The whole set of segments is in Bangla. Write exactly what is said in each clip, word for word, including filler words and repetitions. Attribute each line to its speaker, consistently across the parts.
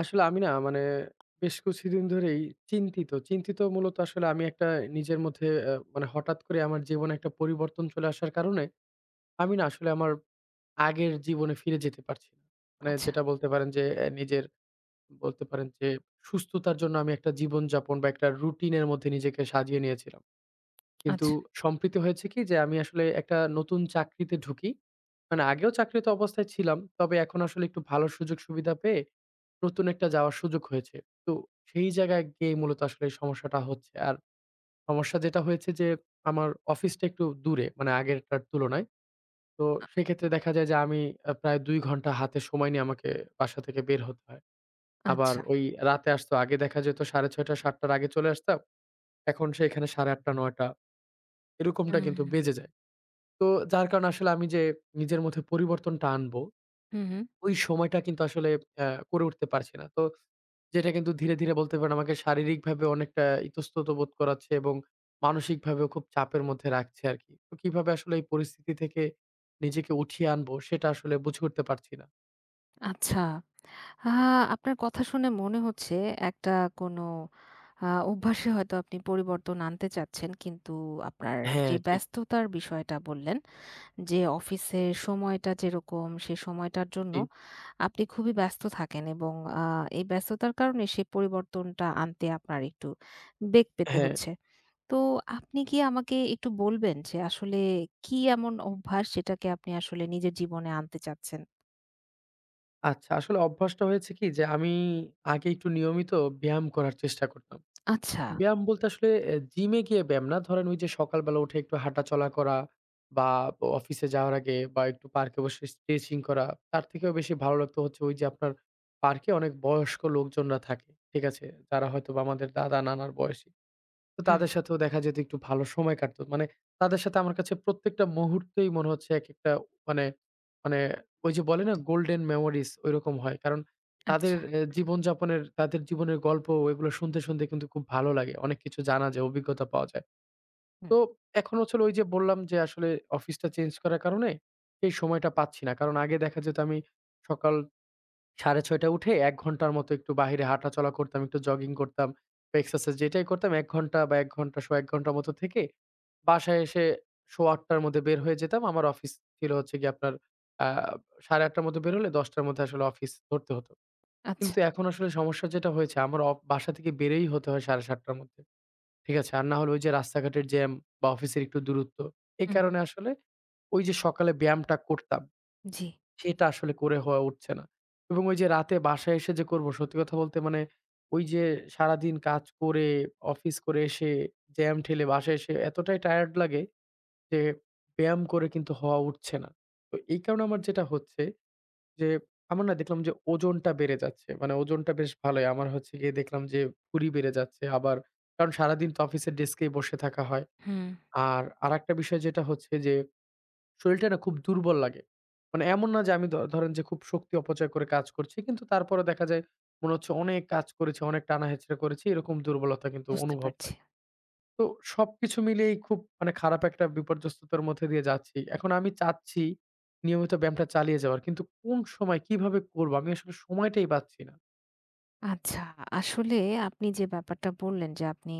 Speaker 1: আসলে আমি না মানে বেশ কিছুদিন ধরেই চিন্তিত। চিন্তিত মূলত আসলে আমি একটা নিজের মধ্যে আ মানে হঠাৎ করে আমার জীবনে একটা পরিবর্তন চলে আসার কারণে আমি না আসলে আমার আগের জীবনে ফিরে যেতে পারছি না। মানে
Speaker 2: আচ্ছা,
Speaker 1: যেটা বলতে পারেন যে অ্যা নিজের বলতে পারেন যে সুস্থতার জন্য আমি একটা জীবনযাপন বা একটা রুটিন এর মধ্যে নিজেকে সাজিয়ে নিয়েছিলাম। কিন্তু
Speaker 2: আচ্ছা,
Speaker 1: সম্প্রতি হয়েছে কি যে আমি আসলে একটা নতুন চাকরিতে ঢুকি। মানে আগেও চাকরিত অবস্থায় ছিলাম। তবে এখন আসলে একটু ভালো সুযোগ সুবিধা পেয়ে নতুন একটা যাওয়ার সুযোগ হয়েছে। তো সেই জায়গায় গিয়ে মূলত আসলে এই সমস্যাটা হচ্ছে। আর সমস্যা যেটা হয়েছে যে আমার অফিসটা একটু দূরে মানে আগেরটার তুলনায়। তো সেক্ষেত্রে দেখা যায় যে আমি আ প্রায় দুই ঘন্টা হাতে সময় নিয়ে আমাকে বাসা থেকে বের হতে হয়। আবার
Speaker 2: আচ্ছা।
Speaker 1: ওই রাতে আসতো আগে দেখা যেত সাড়ে ছয়টা সাতটা টার আগে চলে আসতাম। এখন সেখানে সাড়ে আটটা নয়টা এরকমটা
Speaker 2: হুম,
Speaker 1: কিন্তু বেজে যায়। তো যার কারণে আসলে আমি যে নিজের মধ্যে পরিবর্তনটা আনবো,
Speaker 2: হুম, হুম।
Speaker 1: ওই সময়টা কিন্তু আসলে অ্যা করে উঠতে পারছি না। তো যেটা কিন্তু ধীরে, ধীরে বলতে পারেন আমাকে শারীরিকভাবে অনেকটা ইতস্তত বোধ করাচ্ছে এবং মানসিকভাবেও খুব চাপের মধ্যে রাখছে আরকি। তো কিভাবে আসলে এই পরিস্থিতি থেকে নিজেকে উঠিয়ে আনবো সেটা আসলে বুঝে উঠতে পারছি না।
Speaker 2: আচ্ছা। আ আপনার কথা শুনে মনে হচ্ছে একটা কোনো আ অভ্যাসে হয়তো আপনি পরিবর্তন আনতে চাচ্ছেন। কিন্তু আপনার
Speaker 1: হ্যাঁ,
Speaker 2: যে
Speaker 1: ঠিক,
Speaker 2: ব্যস্ততার বিষয়টা বললেন যে, অফিসের সময়টা যেরকম সে সময়টার জন্য
Speaker 1: ঠিক।
Speaker 2: আপনি খুবই ব্যস্ত থাকেন এবং আ এই ব্যস্ততার কারণে সেই পরিবর্তনটা আনতে আপনার একটু বেগ পেতে
Speaker 1: হ্যাঁ।
Speaker 2: হচ্ছে। তো আপনি কি আমাকে একটু বলবেন যে আসলে কি এমন অভ্যাস যেটাকে আপনি আসলে নিজের জীবনে আনতে চাচ্ছেন?
Speaker 1: আচ্ছা আসলে অভ্যাসটা হয়েছে কি যে আমি আগে একটু নিয়মিত ব্যায়াম করার চেষ্টা করতাম।
Speaker 2: আচ্ছা।
Speaker 1: ব্যায়াম বলতে আসলে অ্যা জিমে গিয়ে ব্যায়াম না। ধরেন ওই যে সকালবেলা উঠে একটু হাঁটাচলা করা বা অফিসে যাওয়ার আগে বা একটু পার্কে বসে স্ট্রেচিং করা। তার থেকেও বেশি ভালো লাগতো হচ্ছে ওই যে আপনার পার্কে অনেক বয়স্ক লোকজনরা থাকে। ঠিক আছে? যারা হয়তোবা আমাদের দাদা, নানার বয়সী। তো
Speaker 2: হুম,
Speaker 1: তাদের সাথেও দেখা যেত একটু ভালো সময় কাটতো। মানে তাদের সাথে আমার কাছে প্রত্যেকটা মুহূর্তেই মনে হচ্ছে একেকটা মানে মানে ওই যে বলে না গোল্ডেন মেমোরিজ ঐরকম হয়। কারণ তাদের
Speaker 2: আচ্ছা।
Speaker 1: এ জীবনযাপনের তাদের জীবনের গল্প এগুলো শুনতে, শুনতে কিন্তু খুব ভালো লাগে। অনেক কিছু জানা যায়, অভিজ্ঞতা পাওয়া যায়।
Speaker 2: হুম।
Speaker 1: তো এখন হচ্ছে হলো ওই যে বললাম যে আসলে অফিসটা চেঞ্জ করার কারণে এই সময়টা পাচ্ছি না। কারণ আগে দেখা যেত আমি সকাল সাড়ে ছয়টায় উঠে এক ঘন্টার মতো একটু বাহিরে হাঁটাচলা করতাম, একটু জগিং করতাম বা এক্সারসাইজ যেটাই করতাম এক ঘন্টা বা এক ঘন্টা সোয়া এক ঘন্টার মতো থেকে বাসায় এসে সোয়া আটটার মধ্যে বের হয়ে যেতাম। আমার অফিস ছিল হচ্ছে গিয়ে আপনার আ সাড়ে আটটার মধ্যে বের হলে দশটার মধ্যে আসলে অফিস ধরতে হতো।
Speaker 2: আচ্ছা।
Speaker 1: কিন্তু এখন আসলে সমস্যা যেটা হয়েছে আমার অ বাসা থেকে বেরই হতে হয় সাড়ে সাতটার মধ্যে। ঠিক আছে? আর না হলে ওই যে রাস্তাঘাটের জ্যাম বা অফিসের একটু দূরত্ব। এই
Speaker 2: হুম,
Speaker 1: কারণে আসলে ওই যে সকালে ব্যায়ামটা করতাম
Speaker 2: জি।
Speaker 1: সেটা আসলে করে হওয়া উঠছে না। এবং ওই যে রাতে বাসায় এসে যে করব সত্যি কথা বলতে মানে ওই যে সারাদিন কাজ করে, অফিস করে এসে জ্যাম ঠেলে বাসায় এসে এতটাই টায়ার্ড লাগে যে ব্যায়াম করে কিন্তু হওয়া উঠছে না। তো এই কারণে আমার যেটা হচ্ছে যে আমার না দেখলাম যে ওজনটা বেড়ে যাচ্ছে। মানে ওজনটা বেশ ভালোই। আমার হচ্ছে গিয়ে দেখলাম যে ভুঁড়ি বেড়ে যাচ্ছে আবার কারণ সারাদিন তো অফিসের ডেস্কেই বসে থাকা হয়।
Speaker 2: হুম,
Speaker 1: আর আরেকটা বিষয় যেটা হচ্ছে যে শরীরটা না খুব দুর্বল লাগে। মানে এমন না যে আমি ধ ধরেন যে খুব শক্তি অপচয় করে কাজ করছি। কিন্তু তারপরেও দেখা যায় মনে হচ্ছে অনেক কাজ করেছি, অনেক টানা-হেঁচড়া করেছি। এরকম দুর্বলতা কিন্তু
Speaker 2: বুঝতে
Speaker 1: অনুভব
Speaker 2: পারছি।
Speaker 1: হয়। তো সবকিছু মিলিয়েই খুব মানে খারাপ একটা বিপর্যস্ততার মধ্যে দিয়ে যাচ্ছি। এখন আমি চাচ্ছি নিয়মিত ব্যায়ামটা চালিয়ে যাওয়ার। কিন্তু কোন সময় কিভাবে করবো? আমি আসলে সময়টাই পাচ্ছি না।
Speaker 2: আচ্ছা, আসলে আপনি যে ব্যাপারটা বললেন যে আপনি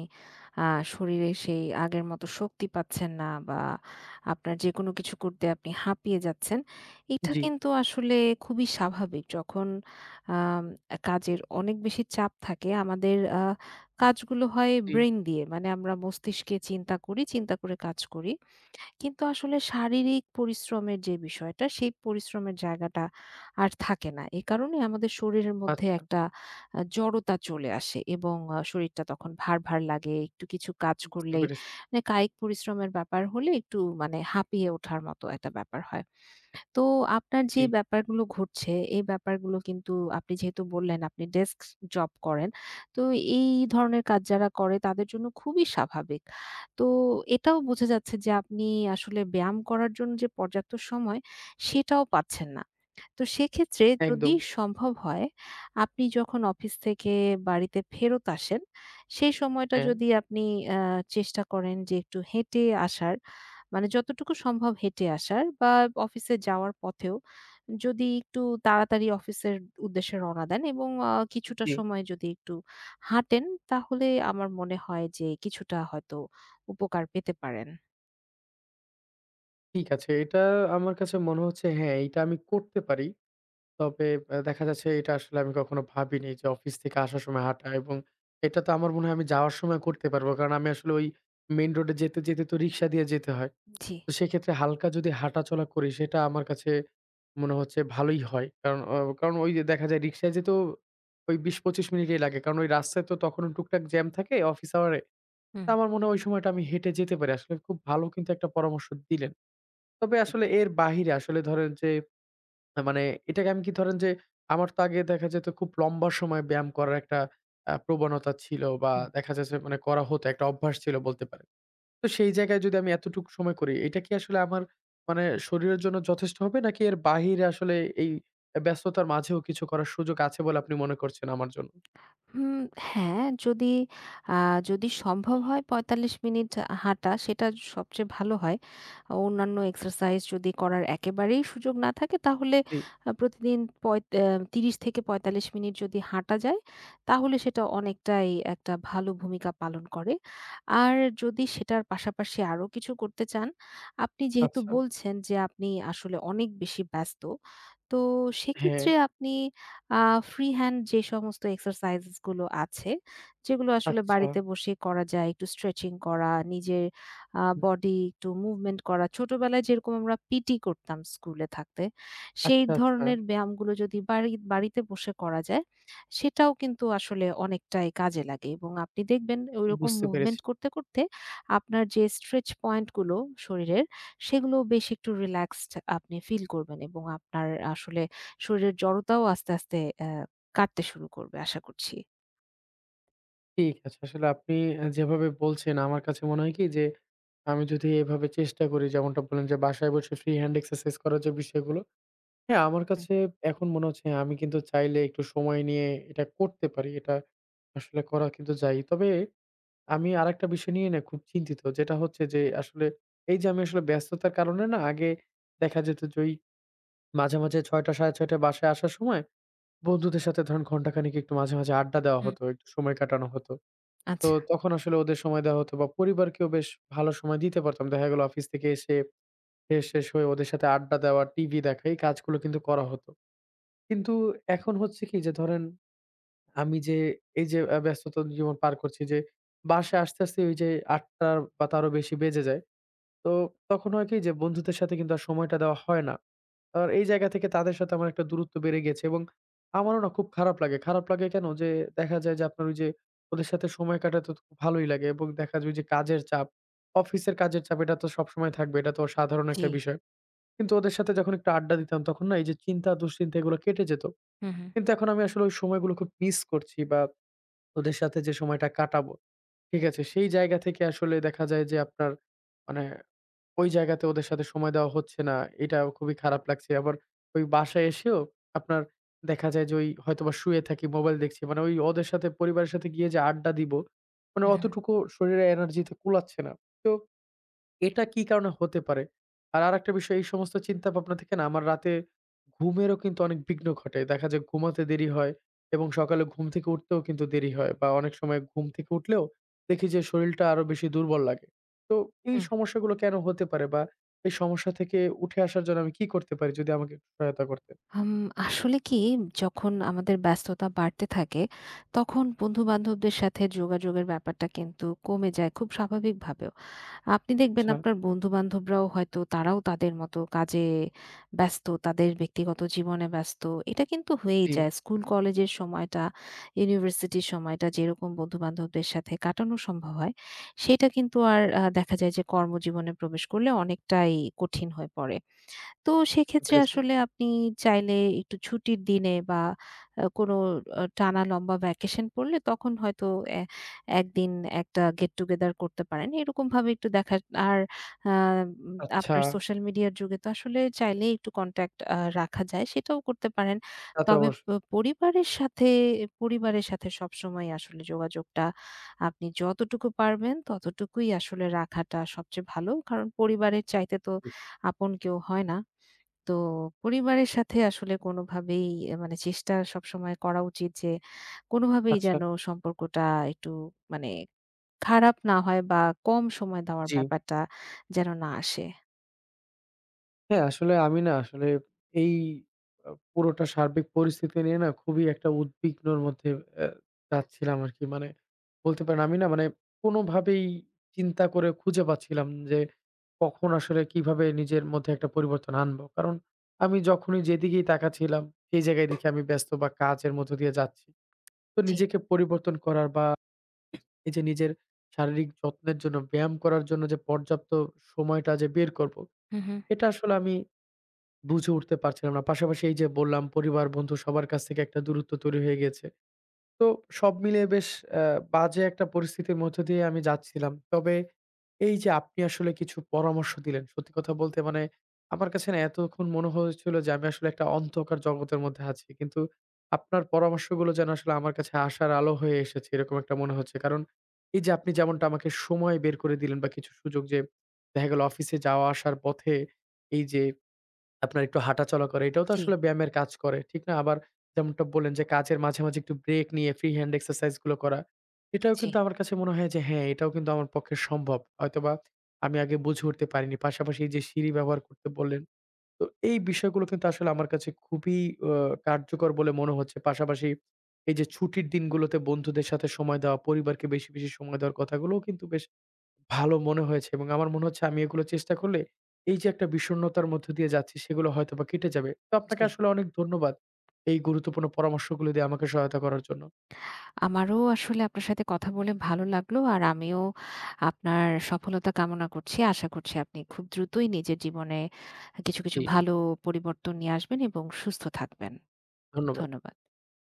Speaker 2: আ শরীরে সেই আগের মতো শক্তি পাচ্ছেন না বা আপনার যেকোনো কিছু করতে আপনি হাঁপিয়ে যাচ্ছেন। এটা
Speaker 1: জি,
Speaker 2: কিন্তু আসলে খুবই স্বাভাবিক। যখন আম কাজের অনেক বেশি চাপ থাকে আমাদের আ কাজগুলো হয়
Speaker 1: জি।
Speaker 2: ব্রেইন দিয়ে। মানে আমরা মস্তিষ্কে চিন্তা করি, চিন্তা করে কাজ করি। কিন্তু আসলে শারীরিক পরিশ্রমের যে বিষয়টা, সেই পরিশ্রমের জায়গাটা আর থাকে না। এ কারণে আমাদের শরীরের মধ্যে
Speaker 1: আচ্ছা
Speaker 2: একটা আ জড়তা চলে আসে এবং আ শরীরটা তখন ভার, ভার লাগে। একটু কিছু কাজ
Speaker 1: বুঝতে
Speaker 2: করলে
Speaker 1: পেরেছি।
Speaker 2: মানে কায়িক পরিশ্রমের ব্যাপার হলে একটু মানে হাঁপিয়ে ওঠার মতো একটা ব্যাপার হয়। তো আপনার যে
Speaker 1: জি,
Speaker 2: ব্যাপারগুলো ঘটছে, এই ব্যাপারগুলো কিন্তু আপনি যেহেতু বললেন আপনি ডেস্ক জব করেন। তো এই ধরনের কাজ যারা করে তাদের জন্য খুবই স্বাভাবিক। তো এটাও বোঝা যাচ্ছে যে আপনি আসলে ব্যায়াম করার জন্য যে পর্যাপ্ত সময় সেটাও পাচ্ছেন না। তো সেক্ষেত্রে যদি
Speaker 1: একদম।
Speaker 2: সম্ভব হয়, আপনি যখন অফিস থেকে বাড়িতে ফেরত আসেন, সেই সময়টা
Speaker 1: হ্যাঁ,
Speaker 2: যদি আপনি আ চেষ্টা করেন যে একটু হেঁটে আসার, মানে যতটুকু সম্ভব হেঁটে আসার বা অফিসে যাওয়ার পথেও যদি একটু তাড়াতাড়ি অফিসের উদ্দেশ্যে রওনা দেন এবং আ কিছুটা
Speaker 1: জি।
Speaker 2: সময় যদি একটু হাঁটেন, তাহলে আমার মনে হয় যে কিছুটা হয়তো উপকার পেতে পারেন।
Speaker 1: ঠিক আছে। এটা আমার কাছে মনে হচ্ছে হ্যাঁ, এটা আমি করতে পারি। তবে আ দেখা যাচ্ছে এটা আসলে আমি কখনো ভাবিনি যে অফিস থেকে আসার সময় হাঁটা এবং এটা তো আমার মনে হয় আমি যাওয়ার সময় করতে পারবো। কারণ আমি আসলে ওই মেইন রোডে যেতে, যেতে তো রিক্সা দিয়ে যেতে হয়।
Speaker 2: জি,
Speaker 1: তো সেক্ষেত্রে হালকা যদি হাঁটাচলা করি সেটা আমার কাছে মনে হচ্ছে ভালোই হয়। কারণ অ কারণ ওই যে দেখা যায় রিক্সায় যেতেও ওই বিশ পঁচিশ মিনিটই লাগে। কারণ ওই রাস্তায় তো তখনও টুকটাক জ্যাম থাকে অফিস আওয়ারে। তো
Speaker 2: হুম,
Speaker 1: আমার মনে হয় ওই সময়টা আমি হেঁটে যেতে পারি। আসলে খুব ভালো কিন্তু একটা পরামর্শ দিলেন। তবে
Speaker 2: জি,
Speaker 1: আসলে এর বাহিরে আসলে ধরেন যে আ মানে এটাকে আমি কি ধরেন যে, আমার তো আগে দেখা যেত খুব লম্বা সময় ব্যায়াম করার একটা আ প্রবণতা ছিল বা
Speaker 2: হুম।
Speaker 1: দেখা যাচ্ছে মানে করা হতো একটা অভ্যাস ছিল বলতে পারেন। তো সেই জায়গায় যদি আমি এতটুকু সময় করি, এটা কি আসলে আমার মানে শরীরের জন্য যথেষ্ট হবে? নাকি এর বাহিরে আসলে এই আ ব্যস্ততার মাঝেও কিছু করার সুযোগ আছে বলে আপনি মনে করছেন আমার জন্য?
Speaker 2: হুম, হ্যাঁ, যদি আ যদি সম্ভব হয় পঁয়তাল্লিশ মিনিট হাঁটা সেটা সবচেয়ে ভালো হয়। অন্যান্য এক্সারসাইজ যদি করার একেবারেই সুযোগ না থাকে তাহলে
Speaker 1: জি,
Speaker 2: আ প্রতিদিন পঁয়ত আ ত্রিশ থেকে পঁয়তাল্লিশ মিনিট যদি হাঁটা যায় তাহলে সেটা অনেকটাই একটা ভালো ভূমিকা পালন করে। আর যদি সেটার পাশাপাশি আরো কিছু করতে চান, আপনি যেহেতু
Speaker 1: আচ্ছা।
Speaker 2: বলছেন যে আপনি আসলে অনেক বেশি ব্যস্ত। তো
Speaker 1: হ্যাঁ,
Speaker 2: সেক্ষেত্রে আপনি আ ফ্রি হ্যান্ড যে সমস্ত এক্সারসাইজ গুলো আছে, যেগুলো আসলে
Speaker 1: আচ্ছা।
Speaker 2: বাড়িতে বসে করা যায়। একটু স্ট্রেচিং করা, নিজের আ
Speaker 1: হুম।
Speaker 2: বডি একটু মুভমেন্ট করা। ছোটবেলায় যেরকম আমরা পিটি করতাম স্কুলে থাকতে, সেই
Speaker 1: আচ্ছা, আচ্ছা।
Speaker 2: ধরনের ব্যায়ামগুলো যদি বাড়ি বাড়িতে বসে করা যায়, সেটাও কিন্তু আসলে অনেকটাই কাজে লাগে এবং আপনি দেখবেন ওইরকম
Speaker 1: বুঝতে
Speaker 2: মুভমেন্ট
Speaker 1: পেরেছি।
Speaker 2: করতে, করতে আপনার যে স্ট্রেচ পয়েন্ট গুলো শরীরের, সেগুলো বেশ একটু রিল্যাক্সড আপনি ফিল করবেন এবং আপনার আসলে শরীরের জড়তাও আস্তে, আস্তে অ্যা কাটতে শুরু করবে আশা করছি।
Speaker 1: ঠিক আছে। আসলে আপনি আ যেভাবে বলছেন আমার কাছে মনে হয় কি যে, আমি যদি এভাবে চেষ্টা করি যেমনটা বললেন যে, বাসায় বসে ফ্রি হ্যান্ড এক্সারসাইজ করার যে বিষয়গুলো, হ্যাঁ, আমার
Speaker 2: হুম,
Speaker 1: কাছে এখন মনে হচ্ছে হ্যাঁ, আমি কিন্তু চাইলে একটু সময় নিয়ে এটা করতে পারি। এটা আসলে করা কিন্তু যায়। তবে আমি আরেকটা বিষয় নিয়ে না খুব চিন্তিত। যেটা হচ্ছে যে আসলে এই যে আমি আসলে ব্যস্ততার কারণে না আগে দেখা যেত যে ওই মাঝে, মাঝে ছয়টা সাড়ে ছয়টা বাসায় আসার সময় বন্ধুদের সাথে ধরেন ঘন্টাখানেক একটু মাঝে, মাঝে আড্ডা দেওয়া
Speaker 2: হুম,
Speaker 1: হতো, একটু সময় কাটানো হতো। তো
Speaker 2: আচ্ছা।
Speaker 1: তখন আসলে ওদের সময় দেওয়া হতো বা পরিবারকেও বেশ ভালো সময় দিতে পারতাম। দেখা গেল অফিস থেকে এসে ফ্রেশ শেষ হয়ে ওদের সাথে আড্ডা দেওয়া, টিভি দেখা এই কাজগুলো কিন্তু করা হতো। কিন্তু এখন হচ্ছে কি যে ধরেন আমি যে এই যে আ ব্যস্ততার জীবন পার করছি যে বাসায় আসতে, আসতে ওই যে আটটা বা তারও বেশি বেজে যায়। তো তখন হয় কি যে বন্ধুদের সাথে কিন্তু আর সময়টা দেওয়া হয় না। আর এই জায়গা থেকে তাদের সাথে আমার একটা দূরত্ব বেড়ে গেছে এবং আমারও না খুব খারাপ লাগে। খারাপ লাগে কেন? যে দেখা যায় যে আপনার ওই যে ওদের সাথে সময় কাটাতে তো খুব ভালোই লাগে এবং দেখা যায় ওই যে কাজের চাপ, অফিসের কাজের চাপ এটা তো সবসময় থাকবে। এটা তো সাধারণ
Speaker 2: জি।
Speaker 1: একটা বিষয়। কিন্তু ওদের সাথে যখন একটু আড্ডা দিতাম তখন না এই যে চিন্তা দুশ্চিন্তা এগুলো কেটে যেত।
Speaker 2: হুম, হুম,
Speaker 1: কিন্তু এখন আমি আসলে ওই সময়গুলো খুব মিস করছি বা ওদের সাথে যে সময়টা কাটাবো, ঠিক আছে? সেই জায়গা থেকে আসলে দেখা যায় যে আপনার মানে ওই জায়গাতে ওদের সাথে সময় দেওয়া হচ্ছে না। এটা খুবই খারাপ লাগছে। আবার ওই বাসায় এসেও আপনার দেখা যায় যে, ওই হয়তোবা শুয়ে থাকি, মোবাইল দেখছি। মানে ওই ওদের সাথে পরিবারের সাথে গিয়ে যে আড্ডা দিব, মানে
Speaker 2: হুম, হুম,
Speaker 1: অতটুকু শরীরে এনার্জি তে কুলাচ্ছে না। তো এটা কি কারণে হতে পারে? আর আরেকটা বিষয় এই সমস্ত চিন্তা ভাবনা থেকে না আমার রাতে ঘুমেরও কিন্তু অনেক বিঘ্ন ঘটে। দেখা যায় ঘুমাতে দেরি হয় এবং সকালে ঘুম থেকে উঠতেও কিন্তু দেরি হয় বা অনেক সময় ঘুম থেকে উঠলেও দেখি যে শরীলটা আরো বেশি দুর্বল লাগে। তো এই
Speaker 2: হুম।
Speaker 1: সমস্যাগুলো কেন হতে পারে বা এই সমস্যা থেকে উঠে আসার জন্য আমি কি করতে পারি? যদি আমাকে একটু সহায়তা করতেন।
Speaker 2: হুম, আসলে কি যখন আমাদের ব্যস্ততা বাড়তে থাকে, তখন বন্ধু-বান্ধবদের সাথে যোগাযোগের ব্যাপারটা কিন্তু কমে যায় খুব স্বাভাবিকভাবেও। আপনি দেখবেন
Speaker 1: আচ্ছা,
Speaker 2: আপনার বন্ধু-বান্ধবরাও হয়তো তারাও তাদের মতো কাজে ব্যস্ত, তাদের ব্যক্তিগত জীবনে ব্যস্ত। এটা কিন্তু হয়েই
Speaker 1: জি,
Speaker 2: যায়। স্কুল কলেজের সময়টা, ইউনিভার্সিটির সময়টা যেরকম বন্ধু-বান্ধবদের সাথে কাটানো সম্ভব হয়, সেটা কিন্তু আর আ দেখা যায় যে কর্মজীবনে প্রবেশ করলে অনেকটাই কঠিন হয়ে পড়ে। তো
Speaker 1: বুঝতে
Speaker 2: সেক্ষেত্রে
Speaker 1: পেরেছি।
Speaker 2: আসলে আপনি চাইলে একটু ছুটির দিনে বা আ কোনো আ টানা লম্বা ভ্যাকেশন পড়লে তখন হয়তো এ একদিন একটা গেট টুগেদার করতে পারেন। এরকমভাবে একটু দেখা। আর আ উম
Speaker 1: আচ্ছা,
Speaker 2: আপনার সোশ্যাল মিডিয়ার যুগে তো আসলে চাইলে একটু কনট্যাক্ট আ রাখা যায়, সেটাও করতে পারেন।
Speaker 1: তা তো
Speaker 2: তবে প
Speaker 1: অবশ্যই।
Speaker 2: পরিবারের সাথে, পরিবারের সাথে সবসময় আসলে যোগাযোগটা আপনি যতটুকু পারবেন ততটুকুই আসলে রাখাটা সবচেয়ে ভালো। কারণ পরিবারের চাইতে তো আপন কেউ হয় না। তো পরিবারের সাথে আসলে কোনোভাবেই এ মানে চেষ্টা সবসময় করা উচিত যে, কোনোভাবেই
Speaker 1: আচ্ছা,
Speaker 2: যেন সম্পর্কটা একটু মানে খারাপ না হয় বা কম সময় দেওয়ার
Speaker 1: জি।
Speaker 2: ব্যাপারটা যেন না আসে।
Speaker 1: হ্যাঁ, আসলে আমি না আসলে এই আ পুরোটা সার্বিক পরিস্থিতি নিয়ে না খুবই একটা উদ্বিগ্নর মধ্যে অ্যা যাচ্ছিলাম আরকি। মানে বলতে পারেন আমি না মানে কোনোভাবেই চিন্তা করে খুঁজে পাচ্ছিলাম যে কখন আসলে কিভাবে নিজের মধ্যে একটা পরিবর্তন আনবো। কারণ আমি যখনই যেদিকেই তাকাচ্ছিলাম সেই জায়গায় দেখি আমি ব্যস্ত বা কাজের মধ্য দিয়ে যাচ্ছি। তো
Speaker 2: জি।
Speaker 1: নিজেকে পরিবর্তন করার বা এই যে নিজের শারীরিক যত্নের জন্য ব্যায়াম করার জন্য যে পর্যাপ্ত সময়টা যে বের করব,
Speaker 2: হু, হু।
Speaker 1: এটা আসলে আমি বুঝে উঠতে পারছিলাম না। পাশাপাশি এই যে বললাম পরিবার, বন্ধু সবার কাছ থেকে একটা দূরত্ব তৈরি হয়ে গিয়েছে। তো সব মিলিয়ে বেশ অ্যা বাজে একটা পরিস্থিতির মধ্য দিয়ে আমি যাচ্ছিলাম। তবে এই যে আপনি আসলে কিছু পরামর্শ দিলেন, সত্যি কথা বলতে মানে আমার কাছে না এতক্ষণ মনে হয়েছিল যে আমি আসলে একটা অন্ধকার জগতের মধ্যে আছি। কিন্তু আপনার পরামর্শগুলো যেন আসলে আমার কাছে আশার আলো হয়ে এসেছে এরকম একটা মনে হচ্ছে। কারণ এই যে আপনি যেমনটা আমাকে সময় বের করে দিলেন বা কিছু সুযোগ যে দেখা গেল অফিসে যাওয়া আসার পথে এই যে আপনার একটু হাঁটাচলা করা এটাও তো
Speaker 2: জি,
Speaker 1: আসলে ব্যায়ামের কাজ করে, ঠিক না? আবার যেমনটা বললেন যে কাজের মাঝে, মাঝে একটু ব্রেক নিয়ে ফ্রি হ্যান্ড এক্সারসাইজ গুলো করা। এটাও
Speaker 2: জি,
Speaker 1: কিন্তু আমার কাছে মনে হয় যে হ্যাঁ, এটাও কিন্তু আমার পক্ষে সম্ভব। হয়তোবা আমি আগে বুঝে উঠতে পারিনি। পাশাপাশি এই যে সিঁড়ি ব্যবহার করতে বললেন, তো এই বিষয়গুলো কিন্তু আসলে আমার কাছে খুবই অ কার্যকর বলে মনে হচ্ছে। পাশাপাশি এই যে ছুটির দিনগুলোতে বন্ধুদের সাথে সময় দেওয়া, পরিবারকে বেশি, বেশি সময় দেওয়ার কথাগুলোও কিন্তু বেশ ভালো মনে হয়েছে এবং আমার মনে হচ্ছে আমি এগুলো চেষ্টা করলে এই যে একটা বিষণ্ণতার মধ্য দিয়ে যাচ্ছি সেগুলো হয়তোবা কেটে যাবে। তো আপনাকে
Speaker 2: জি।
Speaker 1: আসলে অনেক ধন্যবাদ। এই গুরুত্বপূর্ণ পরামর্শগুলো দিয়ে আমাকে সহায়তা করার জন্য।
Speaker 2: আমারও আসলে আপনার সাথে কথা বলে ভালো লাগলো। আর আমিও আপনার সফলতা কামনা করছি। আশা করছি আপনি খুব দ্রুতই নিজের জীবনে কিছু, কিছু
Speaker 1: জি।
Speaker 2: ভালো পরিবর্তন নিয়ে আসবেন এবং সুস্থ থাকবেন।
Speaker 1: ধন্যবাদ।
Speaker 2: ধন্যবাদ।